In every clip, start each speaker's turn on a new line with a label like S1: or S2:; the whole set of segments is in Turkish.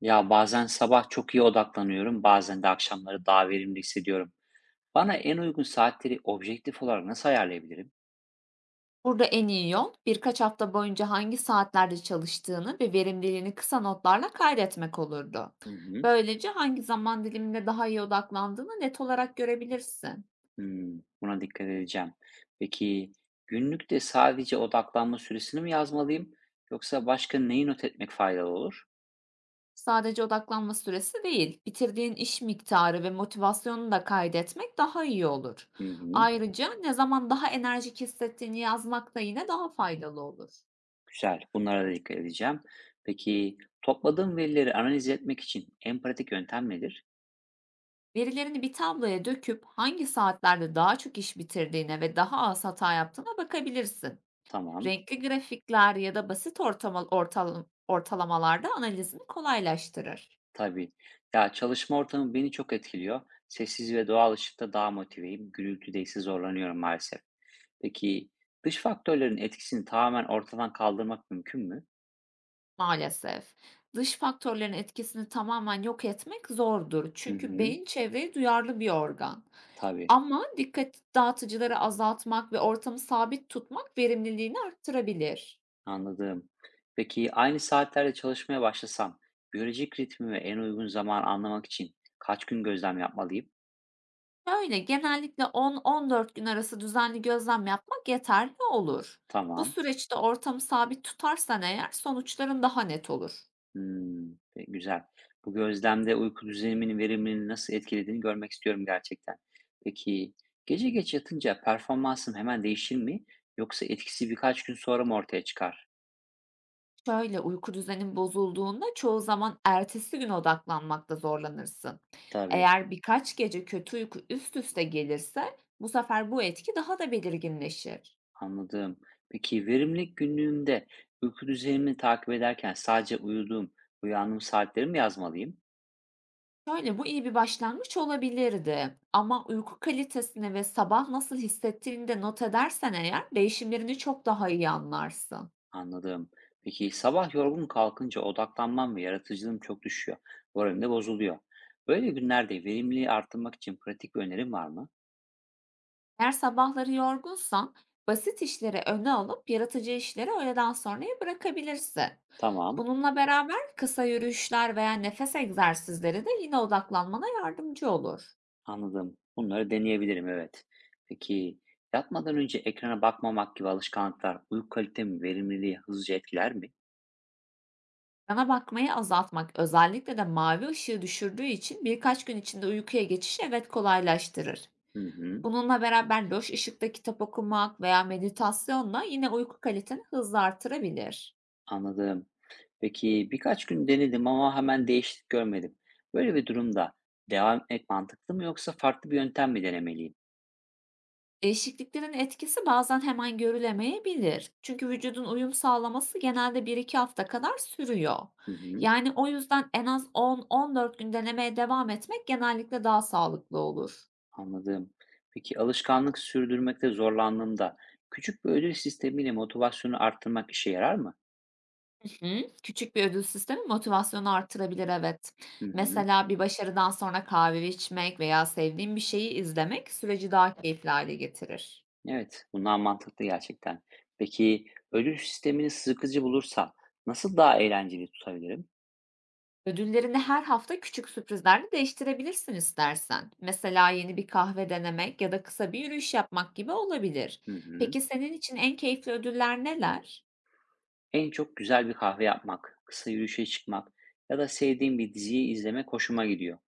S1: Ya bazen sabah çok iyi odaklanıyorum, bazen de akşamları daha verimli hissediyorum. Bana en uygun saatleri objektif olarak nasıl ayarlayabilirim?
S2: Burada en iyi yol birkaç hafta boyunca hangi saatlerde çalıştığını ve verimliliğini kısa notlarla kaydetmek olurdu.
S1: Hı hı.
S2: Böylece hangi zaman diliminde daha iyi odaklandığını net olarak görebilirsin.
S1: Hmm, buna dikkat edeceğim. Peki günlükte sadece odaklanma süresini mi yazmalıyım yoksa başka neyi not etmek faydalı olur?
S2: Sadece odaklanma süresi değil, bitirdiğin iş miktarı ve motivasyonunu da kaydetmek daha iyi olur.
S1: Hı hı.
S2: Ayrıca ne zaman daha enerjik hissettiğini yazmak da yine daha faydalı olur.
S1: Güzel. Bunlara da dikkat edeceğim. Peki topladığım verileri analiz etmek için en pratik yöntem nedir?
S2: Verilerini bir tabloya döküp hangi saatlerde daha çok iş bitirdiğine ve daha az hata yaptığına bakabilirsin.
S1: Tamam.
S2: Renkli grafikler ya da basit ortama ortalım ortalamalarda analizini kolaylaştırır.
S1: Tabii. Ya çalışma ortamı beni çok etkiliyor. Sessiz ve doğal ışıkta daha motiveyim. Gürültüde ise zorlanıyorum maalesef. Peki dış faktörlerin etkisini tamamen ortadan kaldırmak mümkün mü?
S2: Maalesef, dış faktörlerin etkisini tamamen yok etmek zordur.
S1: Hı
S2: Çünkü
S1: hı.
S2: beyin çevreye duyarlı bir organ.
S1: Tabii.
S2: Ama dikkat dağıtıcıları azaltmak ve ortamı sabit tutmak verimliliğini arttırabilir.
S1: Anladım. Peki aynı saatlerde çalışmaya başlasam biyolojik ritmimi ve en uygun zaman anlamak için kaç gün gözlem yapmalıyım?
S2: Şöyle, genellikle 10-14 gün arası düzenli gözlem yapmak yeterli olur. Bu
S1: Tamam.
S2: süreçte ortamı sabit tutarsan eğer sonuçların daha net olur.
S1: Hmm, Pe güzel. Bu gözlemde uyku düzeniminin verimliliğini nasıl etkilediğini görmek istiyorum gerçekten. Peki, gece geç yatınca performansım hemen değişir mi yoksa etkisi birkaç gün sonra mı ortaya çıkar?
S2: Şöyle, uyku düzenin bozulduğunda çoğu zaman ertesi gün odaklanmakta zorlanırsın.
S1: Tabii,
S2: Eğer birkaç gece kötü uyku üst üste gelirse, bu sefer bu etki daha da belirginleşir.
S1: anladım. Peki verimlilik günlüğümde uyku düzenimi takip ederken sadece uyuduğum, uyandığım saatleri mi yazmalıyım?
S2: Şöyle, bu iyi bir başlangıç olabilirdi ama uyku kalitesini ve sabah nasıl hissettiğini de not edersen eğer değişimlerini çok daha iyi anlarsın.
S1: Anladım. Peki sabah yorgun kalkınca odaklanmam ve yaratıcılığım çok düşüyor. Moralim de bozuluyor. Böyle günlerde verimliliği arttırmak için pratik bir önerin var mı?
S2: Eğer sabahları yorgunsan, basit işleri öne alıp yaratıcı işleri öğleden sonraya bırakabilirsin.
S1: Tamam,
S2: Bununla beraber kısa yürüyüşler veya nefes egzersizleri de yine odaklanmana yardımcı olur.
S1: anladım. Bunları deneyebilirim, evet. Peki yatmadan önce ekrana bakmamak gibi alışkanlıklar uyku kalitemi, verimliliği hızlıca etkiler mi?
S2: Yana bakmayı azaltmak, özellikle de mavi ışığı düşürdüğü için, birkaç gün içinde uykuya geçiş evet kolaylaştırır.
S1: Hı hı,
S2: Bununla beraber loş ışıkta kitap okumak veya meditasyonla yine uyku kaliteni hızla artırabilir.
S1: anladım. Peki birkaç gün denedim ama hemen değişiklik görmedim. Böyle bir durumda devam etmek mantıklı mı yoksa farklı bir yöntem mi denemeliyim?
S2: Değişikliklerin etkisi bazen hemen görülemeyebilir. Çünkü vücudun uyum sağlaması genelde bir iki hafta kadar sürüyor.
S1: Hı hı,
S2: Yani o yüzden en az 10-14 gün denemeye devam etmek genellikle daha sağlıklı olur.
S1: anladım. Peki alışkanlık sürdürmekte zorlandığımda küçük bir ödül sistemiyle motivasyonu arttırmak işe yarar mı?
S2: Hı, Küçük bir ödül sistemi motivasyonu artırabilir, evet.
S1: Hı hı.
S2: Mesela bir başarıdan sonra kahve içmek veya sevdiğin bir şeyi izlemek süreci daha keyifli hale getirir.
S1: Evet, bunlar mantıklı gerçekten. Peki ödül sistemini sıkıcı bulursam nasıl daha eğlenceli tutabilirim?
S2: Ödüllerini her hafta küçük sürprizlerle değiştirebilirsin istersen. Mesela yeni bir kahve denemek ya da kısa bir yürüyüş yapmak gibi olabilir.
S1: Hı hı.
S2: Peki senin için en keyifli ödüller neler?
S1: En çok güzel bir kahve yapmak, kısa yürüyüşe çıkmak ya da sevdiğim bir diziyi izlemek hoşuma gidiyor.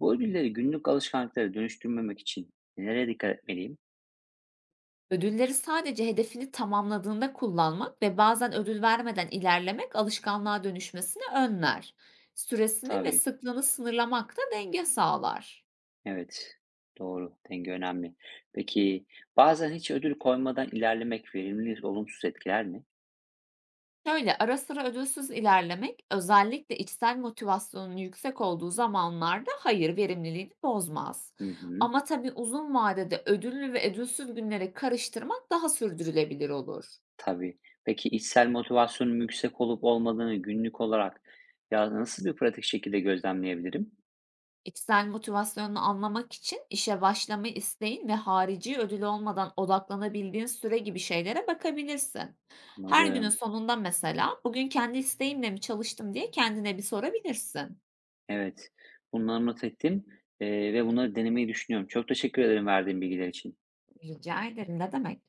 S1: Bu ödülleri günlük alışkanlıklara dönüştürmemek için nereye dikkat etmeliyim?
S2: Ödülleri sadece hedefini tamamladığında kullanmak ve bazen ödül vermeden ilerlemek alışkanlığa dönüşmesini önler. Süresini ve
S1: Tabii,
S2: sıklığını sınırlamak da denge sağlar.
S1: evet. Doğru, denge önemli. Peki bazen hiç ödül koymadan ilerlemek verimliliği olumsuz etkiler mi?
S2: Şöyle, ara sıra ödülsüz ilerlemek, özellikle içsel motivasyonun yüksek olduğu zamanlarda, hayır, verimliliğini bozmaz.
S1: Hı hı.
S2: Ama tabii uzun vadede ödüllü ve ödülsüz günleri karıştırmak daha sürdürülebilir olur.
S1: Tabii. Peki içsel motivasyonun yüksek olup olmadığını günlük olarak ya nasıl bir pratik şekilde gözlemleyebilirim?
S2: İçsel motivasyonunu anlamak için işe başlama isteğin ve harici ödül olmadan odaklanabildiğin süre gibi şeylere bakabilirsin. Her günün
S1: Anladım.
S2: sonunda mesela bugün kendi isteğimle mi çalıştım diye kendine bir sorabilirsin.
S1: Evet. Bunları not ettim, ve bunları denemeyi düşünüyorum. Çok teşekkür ederim verdiğin bilgiler için.
S2: Rica ederim, ne demek?